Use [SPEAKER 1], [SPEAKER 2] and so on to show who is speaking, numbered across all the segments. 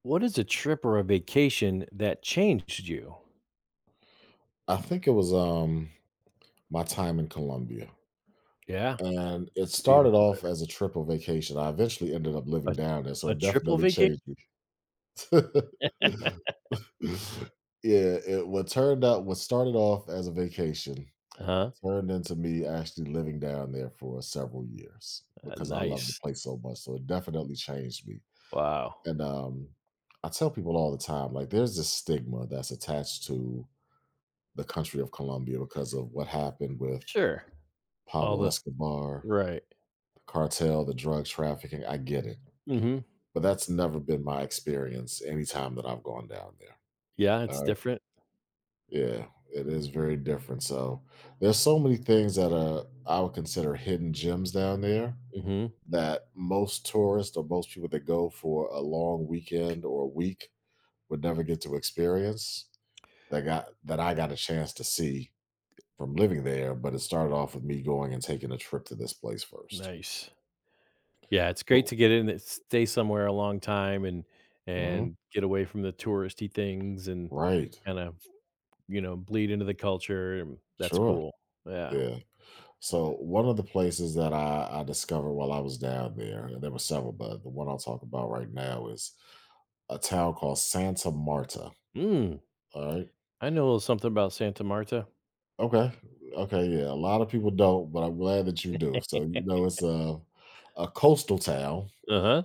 [SPEAKER 1] What is a trip or a vacation that changed you?
[SPEAKER 2] I think it was my time in Colombia.
[SPEAKER 1] Yeah,
[SPEAKER 2] And it
[SPEAKER 1] it's
[SPEAKER 2] started
[SPEAKER 1] beautiful
[SPEAKER 2] off
[SPEAKER 1] there.
[SPEAKER 2] as a triple vacation. I eventually ended up
[SPEAKER 1] A,
[SPEAKER 2] living down there, so
[SPEAKER 1] a
[SPEAKER 2] it
[SPEAKER 1] triple
[SPEAKER 2] definitely
[SPEAKER 1] vacation?
[SPEAKER 2] changed me. Yeah, it what turned out what started off as a vacation
[SPEAKER 1] Huh?
[SPEAKER 2] turned into me actually living down there for several years because I love the
[SPEAKER 1] Nice.
[SPEAKER 2] place so much. So it definitely changed me.
[SPEAKER 1] Wow.
[SPEAKER 2] And I tell people all the time, like there's this stigma that's attached to the country of Colombia because of what happened with
[SPEAKER 1] Sure. All
[SPEAKER 2] Pablo
[SPEAKER 1] the
[SPEAKER 2] Escobar,
[SPEAKER 1] right.
[SPEAKER 2] the cartel, the drug trafficking. I get it.
[SPEAKER 1] hmm
[SPEAKER 2] But that's never been my experience anytime that I've gone down there.
[SPEAKER 1] Yeah, it's
[SPEAKER 2] All right.
[SPEAKER 1] different.
[SPEAKER 2] Yeah, it is very different. So there's so many things that I would consider hidden gems down there
[SPEAKER 1] hmm
[SPEAKER 2] that most tourists or most people that go for a long weekend or a week would never get to experience, that I got a chance to see from living there. But it started off with me going and taking a trip to this place 1st.
[SPEAKER 1] Nice. Yeah, it's great to
[SPEAKER 2] Cool.
[SPEAKER 1] get in and stay somewhere a long time and
[SPEAKER 2] Mm-hmm.
[SPEAKER 1] get away from the touristy things and
[SPEAKER 2] Right.
[SPEAKER 1] kind of bleed into the culture. And That's
[SPEAKER 2] Sure.
[SPEAKER 1] cool. Yeah.
[SPEAKER 2] Yeah. So one of the places that I discovered while I was down there, and there were several, but the one I'll talk about right now is a town called Santa Marta.
[SPEAKER 1] Mm,
[SPEAKER 2] All right.
[SPEAKER 1] I know a little something about Santa Marta.
[SPEAKER 2] Okay. Okay. Yeah. A lot of people don't, but I'm glad that you do. So you
[SPEAKER 1] uh
[SPEAKER 2] know it's a coastal town,
[SPEAKER 1] huh.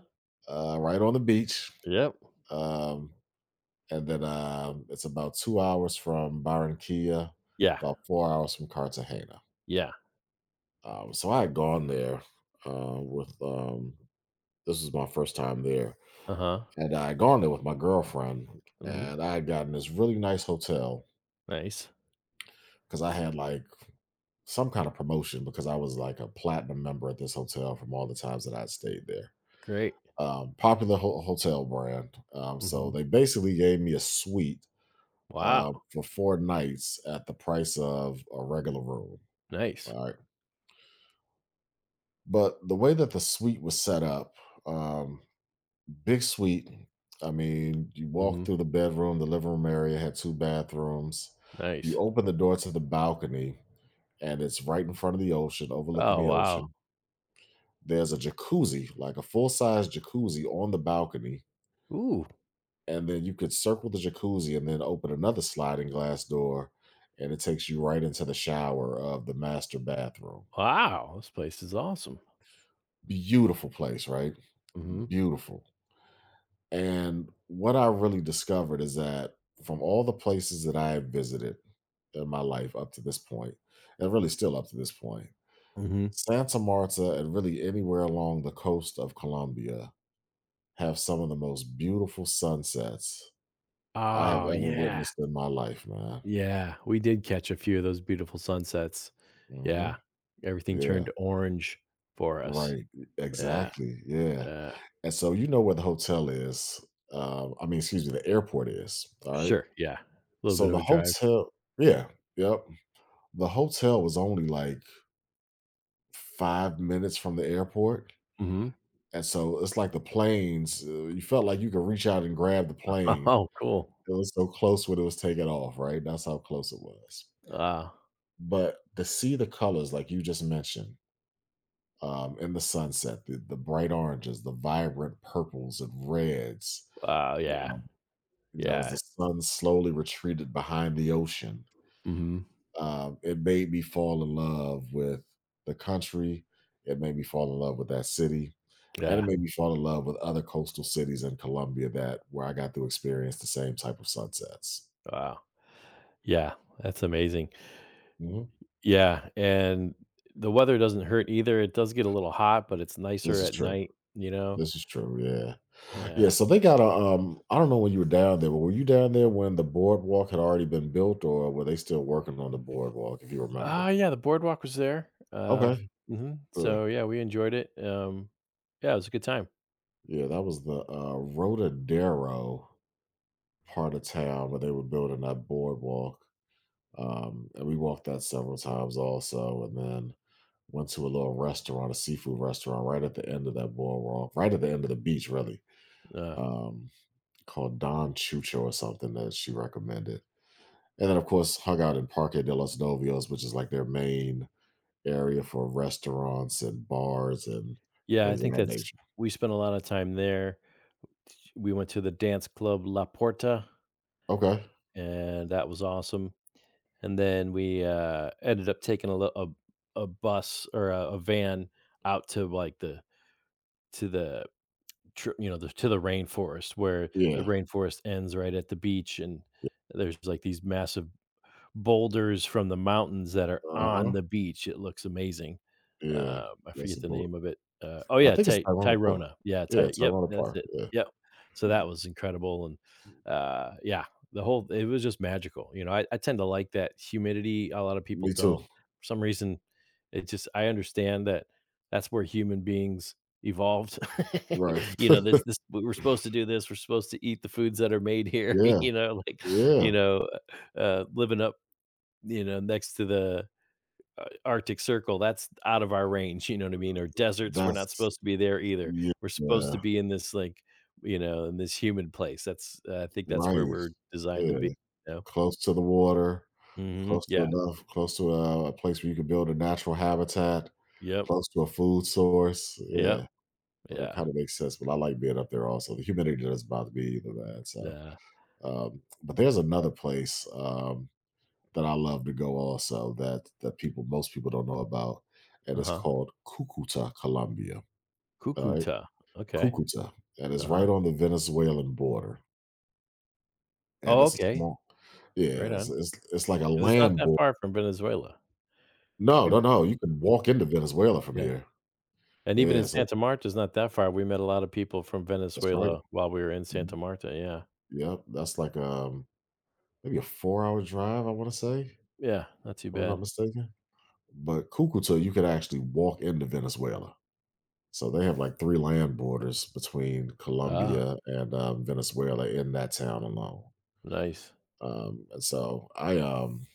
[SPEAKER 2] right on the beach.
[SPEAKER 1] Yep.
[SPEAKER 2] Um, and then it's about 2 hours from Barranquilla,
[SPEAKER 1] Yeah.
[SPEAKER 2] about 4 hours from Cartagena.
[SPEAKER 1] Yeah.
[SPEAKER 2] So I had gone there with this was my first time there,
[SPEAKER 1] Uh-huh.
[SPEAKER 2] and I had gone there with my girlfriend,
[SPEAKER 1] Mhm.
[SPEAKER 2] and I had gotten this really nice hotel
[SPEAKER 1] Nice.
[SPEAKER 2] because I had like some kind of promotion because I was like a platinum member at this hotel from all the times that I had stayed there.
[SPEAKER 1] Great.
[SPEAKER 2] Popular hotel brand. So
[SPEAKER 1] Mhm.
[SPEAKER 2] they basically gave me a suite,
[SPEAKER 1] Wow.
[SPEAKER 2] for 4 nights at the price of a regular room.
[SPEAKER 1] Nice.
[SPEAKER 2] All right. But the way that the suite was set up, um, big suite. I mean, you walk
[SPEAKER 1] Mhm.
[SPEAKER 2] through the bedroom, the living room area had two bathrooms. You
[SPEAKER 1] Nice.
[SPEAKER 2] open the door to the balcony, and it's right in front of the ocean, overlooking
[SPEAKER 1] Oh,
[SPEAKER 2] the
[SPEAKER 1] wow.
[SPEAKER 2] ocean. There's a jacuzzi, like a full size jacuzzi on the balcony.
[SPEAKER 1] Ooh.
[SPEAKER 2] And then you could circle the jacuzzi and then open another sliding glass door, and it takes you right into the shower of the master bathroom.
[SPEAKER 1] Wow. This place is awesome.
[SPEAKER 2] Beautiful place, right?
[SPEAKER 1] Mhm.
[SPEAKER 2] Beautiful. And what I really discovered is that from all the places that I have visited in my life up to this point, and really still up to this point,
[SPEAKER 1] Mhm.
[SPEAKER 2] Santa Marta and really anywhere along the coast of Colombia have some of the most beautiful sunsets I have
[SPEAKER 1] Oh,
[SPEAKER 2] ever
[SPEAKER 1] yeah.
[SPEAKER 2] witnessed in my life, man.
[SPEAKER 1] Yeah. We did catch a few of those beautiful sunsets.
[SPEAKER 2] Hmm.
[SPEAKER 1] Yeah. Everything
[SPEAKER 2] Yeah.
[SPEAKER 1] turned orange for us.
[SPEAKER 2] Right.
[SPEAKER 1] Yeah.
[SPEAKER 2] Exactly. Yeah.
[SPEAKER 1] Uh.
[SPEAKER 2] And so you know where the hotel is. Excuse me, the airport is. All right.
[SPEAKER 1] Sure. Yeah. A little bit
[SPEAKER 2] So
[SPEAKER 1] of
[SPEAKER 2] the
[SPEAKER 1] a drive.
[SPEAKER 2] hotel, yeah. Yep. The hotel was only like 5 minutes from the airport,
[SPEAKER 1] Mhm.
[SPEAKER 2] and so it's like the planes, you felt like you could reach out and grab the plane.
[SPEAKER 1] Oh, cool.
[SPEAKER 2] It was so close when it was taking off, right? That's how close it was.
[SPEAKER 1] Wow.
[SPEAKER 2] But to see the colors like you just mentioned, in the sunset, the bright oranges, the vibrant purples and reds,
[SPEAKER 1] Wow. Yeah.
[SPEAKER 2] um, you know, as
[SPEAKER 1] Yeah.
[SPEAKER 2] the sun slowly retreated behind the ocean.
[SPEAKER 1] Mhm.
[SPEAKER 2] It made me fall in love with the country. It made me fall in love with that city, and it
[SPEAKER 1] Yeah.
[SPEAKER 2] made me fall in love with other coastal cities in Colombia that where I got to experience the same type of sunsets.
[SPEAKER 1] Wow. Yeah, that's amazing.
[SPEAKER 2] Mhm.
[SPEAKER 1] Yeah, and the weather doesn't hurt either. It does get a little hot, but it's nicer
[SPEAKER 2] This is
[SPEAKER 1] at
[SPEAKER 2] true.
[SPEAKER 1] night, you know?
[SPEAKER 2] This is true. Yeah, yeah.
[SPEAKER 1] Yeah.
[SPEAKER 2] So they got a. I don't know when you were down there, but were you down there when the boardwalk had already been built, or were they still working on the boardwalk? If you
[SPEAKER 1] Ah,
[SPEAKER 2] remember.
[SPEAKER 1] yeah, the boardwalk was there.
[SPEAKER 2] Okay.
[SPEAKER 1] Mhm.
[SPEAKER 2] Good.
[SPEAKER 1] So, yeah, we enjoyed it. Yeah, it was a good time.
[SPEAKER 2] Yeah, that was the, Rodadero part of town where they were building that boardwalk. And we walked that several times also, and then went to a little restaurant, a seafood restaurant, right at the end of that boardwalk, right at the end of the beach, really,
[SPEAKER 1] Uh,
[SPEAKER 2] um, called Don Chucho or something that she recommended. And then, of course, hung out in Parque de los Novios, which is like their main area for restaurants and bars and
[SPEAKER 1] yeah, I
[SPEAKER 2] things of
[SPEAKER 1] think
[SPEAKER 2] that
[SPEAKER 1] that's
[SPEAKER 2] nature.
[SPEAKER 1] we spent a lot of time there. We went to the dance club La Porta,
[SPEAKER 2] Okay.
[SPEAKER 1] and that was awesome. And then we ended up taking a bus or a van out to like the to the to the rainforest where the
[SPEAKER 2] Yeah.
[SPEAKER 1] rainforest ends right at the beach, and there's, like, these massive boulders from the mountains that are
[SPEAKER 2] Uh
[SPEAKER 1] on
[SPEAKER 2] huh.
[SPEAKER 1] the beach. It looks amazing.
[SPEAKER 2] Yeah.
[SPEAKER 1] I
[SPEAKER 2] That's
[SPEAKER 1] forget
[SPEAKER 2] a
[SPEAKER 1] the
[SPEAKER 2] boot.
[SPEAKER 1] name of it. Oh
[SPEAKER 2] I
[SPEAKER 1] yeah,
[SPEAKER 2] think it's
[SPEAKER 1] Ty
[SPEAKER 2] Tyrone Park.
[SPEAKER 1] Tyrona. Yeah,
[SPEAKER 2] Yeah,
[SPEAKER 1] Ty yep,
[SPEAKER 2] Tyrone
[SPEAKER 1] that's
[SPEAKER 2] Park.
[SPEAKER 1] it.
[SPEAKER 2] Yeah.
[SPEAKER 1] Yep. So that was incredible, and, yeah, the whole it was just magical. You know, I tend to like that humidity, a lot of people
[SPEAKER 2] Me too.
[SPEAKER 1] don't. For some reason, it just I understand that that's where human beings evolved.
[SPEAKER 2] Right.
[SPEAKER 1] You know, this we are supposed to do this, we're supposed to eat the foods that are made here,
[SPEAKER 2] Yeah.
[SPEAKER 1] you know, like,
[SPEAKER 2] Yeah,
[SPEAKER 1] you know, living up, you know, next to the Arctic Circle, that's out of our range, you know what I mean? Or deserts, we're not
[SPEAKER 2] that's
[SPEAKER 1] supposed to be there either.
[SPEAKER 2] yeah,
[SPEAKER 1] We're supposed
[SPEAKER 2] yeah,
[SPEAKER 1] to be in this, like, you know, in this humid place. That's I think that's
[SPEAKER 2] right.
[SPEAKER 1] where we're designed to
[SPEAKER 2] Yeah,
[SPEAKER 1] be, you know?
[SPEAKER 2] close to the water,
[SPEAKER 1] Mhm.
[SPEAKER 2] close to
[SPEAKER 1] Yeah.
[SPEAKER 2] enough, close to a place where you can build a natural habitat,
[SPEAKER 1] Yep.
[SPEAKER 2] close to a food source.
[SPEAKER 1] Yep.
[SPEAKER 2] Yeah, so it
[SPEAKER 1] Yeah.
[SPEAKER 2] kind of makes sense. But I like being up there also. The humidity doesn't bother me either, man. So,
[SPEAKER 1] Yeah.
[SPEAKER 2] but there's another place, that I love to go also, that that people most people don't know about, and it's
[SPEAKER 1] Uh-huh.
[SPEAKER 2] called Cucuta, Colombia. All right,
[SPEAKER 1] Cucuta. Okay.
[SPEAKER 2] Cucuta, and it's
[SPEAKER 1] Uh-huh.
[SPEAKER 2] right on the Venezuelan border. And
[SPEAKER 1] Oh,
[SPEAKER 2] that's a
[SPEAKER 1] okay.
[SPEAKER 2] small,
[SPEAKER 1] Right
[SPEAKER 2] yeah, it's
[SPEAKER 1] on.
[SPEAKER 2] it's like a
[SPEAKER 1] Because it's not
[SPEAKER 2] land
[SPEAKER 1] that
[SPEAKER 2] border.
[SPEAKER 1] far from Venezuela.
[SPEAKER 2] No,
[SPEAKER 1] We
[SPEAKER 2] no, no, you can walk into Venezuela from
[SPEAKER 1] yeah.
[SPEAKER 2] here.
[SPEAKER 1] And even in
[SPEAKER 2] Yeah, so
[SPEAKER 1] Santa Marta is not that far. We met a lot of people from
[SPEAKER 2] that's right.
[SPEAKER 1] Venezuela while we were in Santa
[SPEAKER 2] Mhm.
[SPEAKER 1] Marta, yeah.
[SPEAKER 2] Yep, that's like, maybe a 4-hour drive, I wanna say, if
[SPEAKER 1] Yeah, not too
[SPEAKER 2] I'm
[SPEAKER 1] bad.
[SPEAKER 2] not mistaken. But Cucuta, you could actually walk into Venezuela. So they have, like, 3 land borders between
[SPEAKER 1] Ah,
[SPEAKER 2] Colombia and, Venezuela in that town alone.
[SPEAKER 1] nice.
[SPEAKER 2] And so I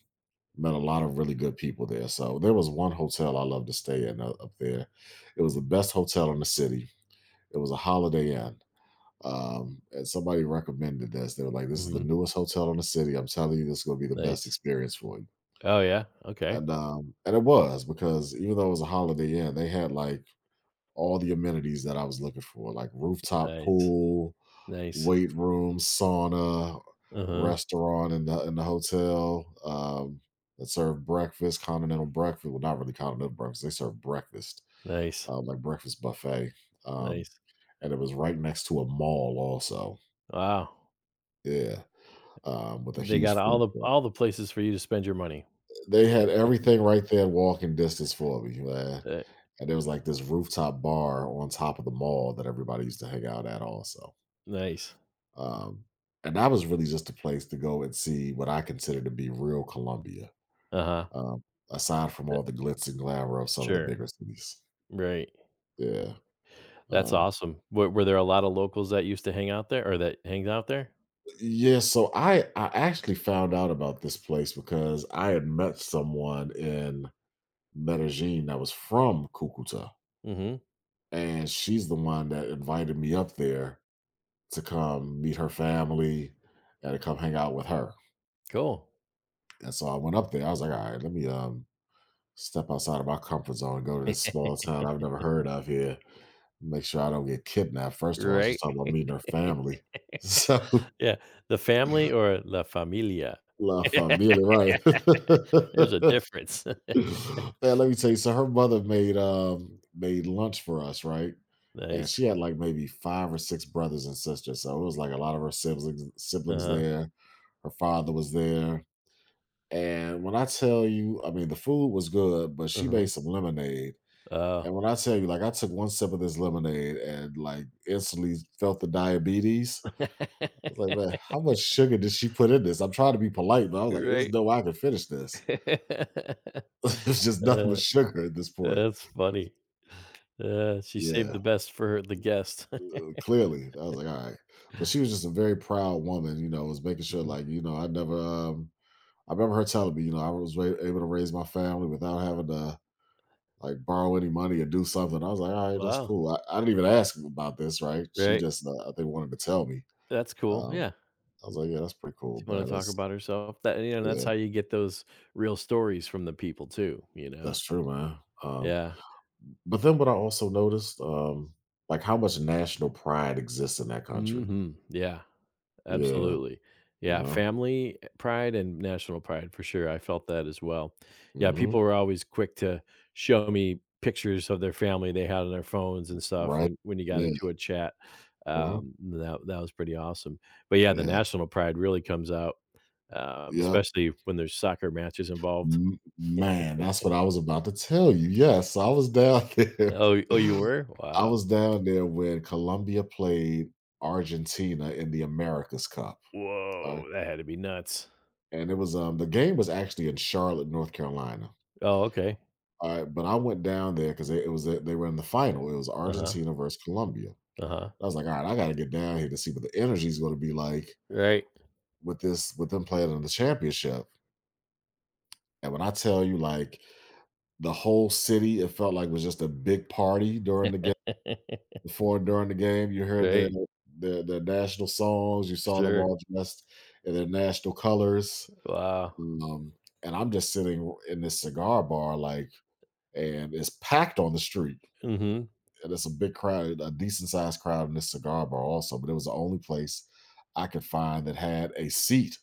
[SPEAKER 2] met a lot of really good people there. So there was one hotel I loved to stay in, up there. It was the best hotel in the city. It was a Holiday Inn. And somebody recommended this. They were like, "This is the
[SPEAKER 1] Mhm.
[SPEAKER 2] newest hotel in the city. I'm telling you, this is going to be the best
[SPEAKER 1] Nice.
[SPEAKER 2] experience for you."
[SPEAKER 1] Oh, yeah? Okay.
[SPEAKER 2] And it was because even though it was a Holiday Inn, they had like all the amenities that I was looking for, like rooftop
[SPEAKER 1] Nice.
[SPEAKER 2] pool,
[SPEAKER 1] Nice.
[SPEAKER 2] weight room, sauna,
[SPEAKER 1] Uh-huh.
[SPEAKER 2] restaurant in the hotel, that served breakfast, continental breakfast. Well, not really continental breakfast. They served breakfast,
[SPEAKER 1] Nice.
[SPEAKER 2] like breakfast buffet. Um,
[SPEAKER 1] Nice.
[SPEAKER 2] and it was right next to a mall, also.
[SPEAKER 1] Wow.
[SPEAKER 2] Yeah, with a
[SPEAKER 1] They
[SPEAKER 2] huge
[SPEAKER 1] got
[SPEAKER 2] food court.
[SPEAKER 1] all the places for you to spend your money.
[SPEAKER 2] They had everything right there, walking distance for me, man.
[SPEAKER 1] Uh,
[SPEAKER 2] And there was like this rooftop bar on top of the mall that everybody used to hang out at, also.
[SPEAKER 1] nice.
[SPEAKER 2] Um, and that was really just a place to go and see what I consider to be real Colombia,
[SPEAKER 1] Uh-huh.
[SPEAKER 2] um, aside from
[SPEAKER 1] Uh,
[SPEAKER 2] all the glitz and glamour of some of the
[SPEAKER 1] sure.
[SPEAKER 2] bigger cities.
[SPEAKER 1] Right.
[SPEAKER 2] Yeah.
[SPEAKER 1] That's
[SPEAKER 2] Um,
[SPEAKER 1] awesome. Were there a lot of locals that used to hang out there or that hangs out there?
[SPEAKER 2] yeah, so I actually found out about this place because I had met someone in Medellin that was from Cucuta,
[SPEAKER 1] Mhm.
[SPEAKER 2] and she's the one that invited me up there to come meet her family and to come hang out with her.
[SPEAKER 1] Cool.
[SPEAKER 2] And so I went up there. I was like, all right, let me, um, step outside of my comfort zone, go to this small town I've never heard of here. Make sure I don't get kidnapped. First of all, she's
[SPEAKER 1] Right?
[SPEAKER 2] talking about meeting her family. So,
[SPEAKER 1] Yeah. The family or la familia?
[SPEAKER 2] la familia, right?
[SPEAKER 1] There's a difference.
[SPEAKER 2] Man, let me tell you. So, her mother made made lunch for us, right? And
[SPEAKER 1] Nice.
[SPEAKER 2] she had like maybe five or six brothers and sisters. So it was like a lot of her siblings
[SPEAKER 1] Uh-huh.
[SPEAKER 2] there. Her father was there. And when I tell you, I mean, the food was good, but
[SPEAKER 1] Uh
[SPEAKER 2] she
[SPEAKER 1] huh.
[SPEAKER 2] made some lemonade.
[SPEAKER 1] Oh.
[SPEAKER 2] And when I tell you, like, I took one sip of this lemonade and like instantly felt the diabetes. I was like, man, how much sugar did she put in this? I'm trying to be polite, but I was like, there's
[SPEAKER 1] Right.
[SPEAKER 2] no way I can finish this. It's just nothing
[SPEAKER 1] Uh,
[SPEAKER 2] but sugar at this point.
[SPEAKER 1] that's funny. She saved
[SPEAKER 2] Yeah,
[SPEAKER 1] the best for her the guest.
[SPEAKER 2] clearly. I was like, all right. But she was just a very proud woman, you know, was making sure,
[SPEAKER 1] Mhm.
[SPEAKER 2] like, you know, I never, I remember her telling me, you know, I was able to raise my family without having to like borrow any money or do something. I was like, all right, that's
[SPEAKER 1] Wow,
[SPEAKER 2] cool. I didn't even ask about this, right? She
[SPEAKER 1] right?
[SPEAKER 2] just, I think, wanted to tell me.
[SPEAKER 1] That's cool,
[SPEAKER 2] Um,
[SPEAKER 1] yeah.
[SPEAKER 2] I was like, "Yeah, that's pretty
[SPEAKER 1] She
[SPEAKER 2] cool,
[SPEAKER 1] wanna
[SPEAKER 2] man,
[SPEAKER 1] talk
[SPEAKER 2] that's"
[SPEAKER 1] about herself. That you know, that's
[SPEAKER 2] yeah,
[SPEAKER 1] how you get those real stories from the people too, you know?
[SPEAKER 2] that's true, man,
[SPEAKER 1] Yeah.
[SPEAKER 2] but then what I also noticed, like, how much national pride exists in that country.
[SPEAKER 1] Mhm, yeah.
[SPEAKER 2] Yeah,
[SPEAKER 1] Absolutely.
[SPEAKER 2] you
[SPEAKER 1] Yeah,
[SPEAKER 2] know?
[SPEAKER 1] family pride and national pride for sure. I felt that as well. Yeah,
[SPEAKER 2] Mhm.
[SPEAKER 1] people were always quick to show me pictures of their family they had on their phones and stuff
[SPEAKER 2] Right.
[SPEAKER 1] when you got
[SPEAKER 2] Yeah,
[SPEAKER 1] into a chat.
[SPEAKER 2] uh
[SPEAKER 1] That was pretty awesome. But yeah, the
[SPEAKER 2] yeah,
[SPEAKER 1] national pride really comes out,
[SPEAKER 2] yep.
[SPEAKER 1] especially when there's soccer matches involved.
[SPEAKER 2] M man, that's what I was about to tell you, yes, I was down there.
[SPEAKER 1] Oh, you were?
[SPEAKER 2] I
[SPEAKER 1] Wow.
[SPEAKER 2] was down there when Colombia played Argentina in the America's Cup, alright,
[SPEAKER 1] Whoa, that had to be nuts.
[SPEAKER 2] and the game was actually in Charlotte, North Carolina.
[SPEAKER 1] Oh, okay.
[SPEAKER 2] Alright, but I went down there because it was they were in the final. It was
[SPEAKER 1] Uh huh.
[SPEAKER 2] Argentina versus Colombia.
[SPEAKER 1] Uh huh.
[SPEAKER 2] I was like, "Alright, I gotta get down here to see what the energy is gonna be like
[SPEAKER 1] Right.
[SPEAKER 2] with them playing in the championship." And when I tell you, like, the whole city, it felt like was just a big party during the game before and during the game. You heard their
[SPEAKER 1] right.
[SPEAKER 2] their their national songs, you saw them
[SPEAKER 1] Sure.
[SPEAKER 2] all dressed in their national colors,
[SPEAKER 1] Wow.
[SPEAKER 2] um, and I'm just sitting in this cigar bar, like and it's packed on the street.
[SPEAKER 1] Mhm.
[SPEAKER 2] And it's a big crowd, a decent sized crowd in this cigar bar also, but it was the only place I could find that had a seat.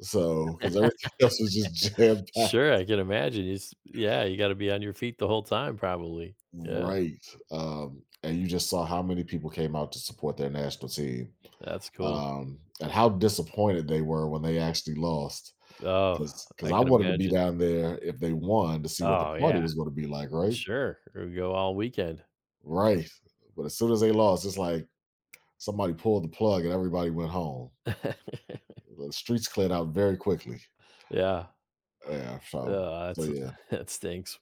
[SPEAKER 2] So, because everything else was just jam packed,
[SPEAKER 1] Sure, I can imagine. It's yeah, you gotta be on your feet the whole time probably. Yeah,
[SPEAKER 2] right? And you just saw how many people came out to support their national team,
[SPEAKER 1] that's cool.
[SPEAKER 2] and how disappointed they were when they actually lost.
[SPEAKER 1] Oh,
[SPEAKER 2] Because
[SPEAKER 1] I
[SPEAKER 2] I
[SPEAKER 1] can
[SPEAKER 2] wanted to be
[SPEAKER 1] imagine.
[SPEAKER 2] down there if they won to see what the
[SPEAKER 1] Oh,
[SPEAKER 2] party
[SPEAKER 1] yeah.
[SPEAKER 2] was going to be like, right?
[SPEAKER 1] Sure, or go all weekend.
[SPEAKER 2] Right. But as soon as they lost, it's like somebody pulled the plug and everybody went home. The streets cleared out very quickly.
[SPEAKER 1] Yeah.
[SPEAKER 2] Yeah, so
[SPEAKER 1] Oh,
[SPEAKER 2] so
[SPEAKER 1] that's
[SPEAKER 2] yeah.
[SPEAKER 1] that stinks.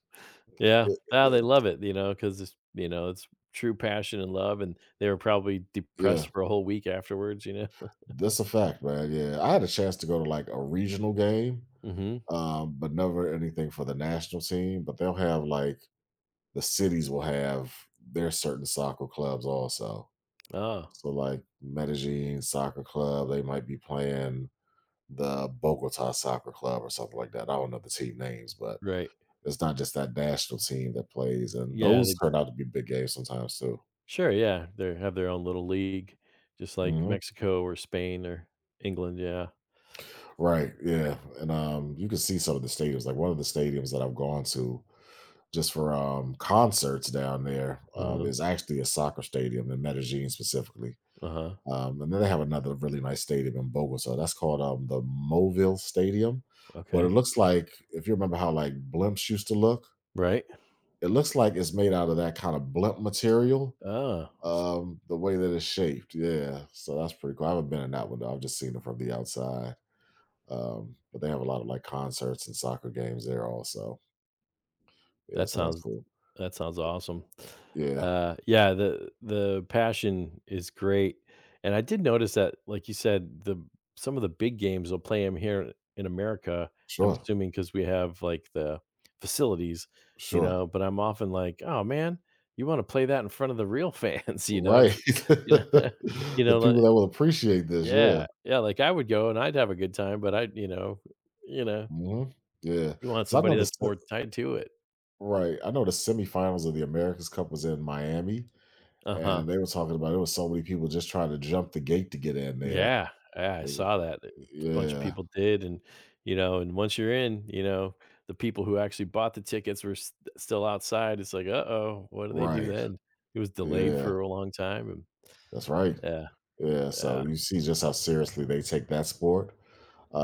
[SPEAKER 1] Yeah.
[SPEAKER 2] It
[SPEAKER 1] Ah, they
[SPEAKER 2] it
[SPEAKER 1] love it, you know, 'cause it's you know, it's true passion and love, and they were probably depressed
[SPEAKER 2] Yeah,
[SPEAKER 1] for a whole week afterwards, you know?
[SPEAKER 2] that's a fact, man, yeah. I had a chance to go to, like, a regional game,
[SPEAKER 1] Mhm.
[SPEAKER 2] but never anything for the national team, but they'll have, like the cities will have their certain soccer clubs also.
[SPEAKER 1] Oh,
[SPEAKER 2] So, like, Medellin Soccer Club, they might be playing the Bogota Soccer Club or something like that. I don't know the team names, but
[SPEAKER 1] right.
[SPEAKER 2] it's not just that national team that plays, and
[SPEAKER 1] Yeah,
[SPEAKER 2] those
[SPEAKER 1] they
[SPEAKER 2] turn out to be big games sometimes too.
[SPEAKER 1] Sure, yeah, they have their own little league, just like
[SPEAKER 2] Mhm.
[SPEAKER 1] Mexico or Spain or England, yeah.
[SPEAKER 2] Right, yeah, and, you can see some of the stadiums, like, one of the stadiums that I've gone to just for, concerts down there,
[SPEAKER 1] Uh-huh,
[SPEAKER 2] is actually a soccer stadium in Medellin specifically,
[SPEAKER 1] uh-huh,
[SPEAKER 2] and then they have another really nice stadium in Bogota, so that's called, the Movil Stadium, but it
[SPEAKER 1] okay,
[SPEAKER 2] looks like if you remember how, like, blimps used to look,
[SPEAKER 1] right.
[SPEAKER 2] it looks like it's made out of that kinda blimp material,
[SPEAKER 1] Oh, s
[SPEAKER 2] the way that it's shaped, yeah, so that's pretty cool, I haven't been in that one though, I've just seen it from the outside. But they have a lot of like concerts and soccer games there also. Yeah,
[SPEAKER 1] that
[SPEAKER 2] so that's
[SPEAKER 1] sounds
[SPEAKER 2] cool.
[SPEAKER 1] awesome.
[SPEAKER 2] Yeah,
[SPEAKER 1] Yeah, the passion is great, and I did notice that, like you said, the some of the big games will play them here in America, I'm
[SPEAKER 2] sure,
[SPEAKER 1] assuming because we have, like, the facilities, you
[SPEAKER 2] sure.
[SPEAKER 1] know, but I'm often like, "Oh, man, you wanna play that in front of the real fans," you know?
[SPEAKER 2] Right.
[SPEAKER 1] You know you
[SPEAKER 2] The
[SPEAKER 1] know, like
[SPEAKER 2] people that will appreciate this, yeah.
[SPEAKER 1] yeah, like, I would go and I'd have a good time, but I you know you know,
[SPEAKER 2] Mhm.
[SPEAKER 1] you want
[SPEAKER 2] Because I know
[SPEAKER 1] somebody
[SPEAKER 2] the
[SPEAKER 1] that's
[SPEAKER 2] se
[SPEAKER 1] more tied to it.
[SPEAKER 2] right, I know the semifinals of the America's Cup was in Miami,
[SPEAKER 1] Uh-huh.
[SPEAKER 2] and they were talking about it was so many people just trying to jump the gate to get in there.
[SPEAKER 1] Yeah, yeah, I
[SPEAKER 2] It was
[SPEAKER 1] saw that, a bunch of
[SPEAKER 2] Yeah,
[SPEAKER 1] people did, and, you know, and once you're in, you know, the people who actually bought the tickets were s still outside, it's like, "Uh-oh, what do they do
[SPEAKER 2] right,
[SPEAKER 1] then?" It was delayed
[SPEAKER 2] yeah,
[SPEAKER 1] for a long time, and
[SPEAKER 2] that's right.
[SPEAKER 1] yeah,
[SPEAKER 2] Yeah,
[SPEAKER 1] yeah,
[SPEAKER 2] so
[SPEAKER 1] yeah,
[SPEAKER 2] you see just how seriously they take that sport.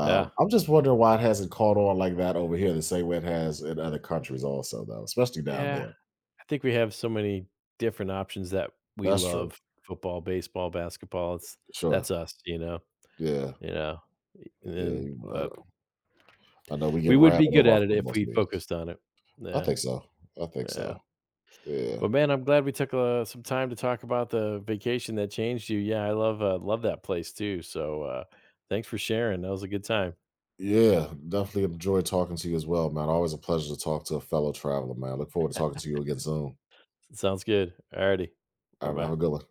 [SPEAKER 1] yeah.
[SPEAKER 2] I'm just wondering why it hasn't caught on like that over here the same way it has in other countries also, though, especially down
[SPEAKER 1] Yeah.
[SPEAKER 2] there.
[SPEAKER 1] I think we have so many different options that we
[SPEAKER 2] That's true.
[SPEAKER 1] love, football, baseball, basketball, it's
[SPEAKER 2] Sure.
[SPEAKER 1] that's us, you know?
[SPEAKER 2] Yeah.
[SPEAKER 1] You know? E and
[SPEAKER 2] Yeah.
[SPEAKER 1] then, but
[SPEAKER 2] I know we get
[SPEAKER 1] we would be
[SPEAKER 2] rabid
[SPEAKER 1] good
[SPEAKER 2] over our
[SPEAKER 1] at it if
[SPEAKER 2] football
[SPEAKER 1] we
[SPEAKER 2] teams.
[SPEAKER 1] focused on it.
[SPEAKER 2] I
[SPEAKER 1] Yeah,
[SPEAKER 2] think so. I think
[SPEAKER 1] yeah.
[SPEAKER 2] so. Yeah.
[SPEAKER 1] But man, I'm glad we took, some time to talk about the vacation that changed you. Yeah, I love, love that place too, so, thanks for sharing, that was a good time.
[SPEAKER 2] Yeah. Definitely enjoyed talking to you as well, man. Always a pleasure to talk to a fellow traveler, man. Look forward to talking to you again soon.
[SPEAKER 1] Sounds good. Alrighty.
[SPEAKER 2] All right, man.
[SPEAKER 1] Bye-bye.
[SPEAKER 2] Have a good one.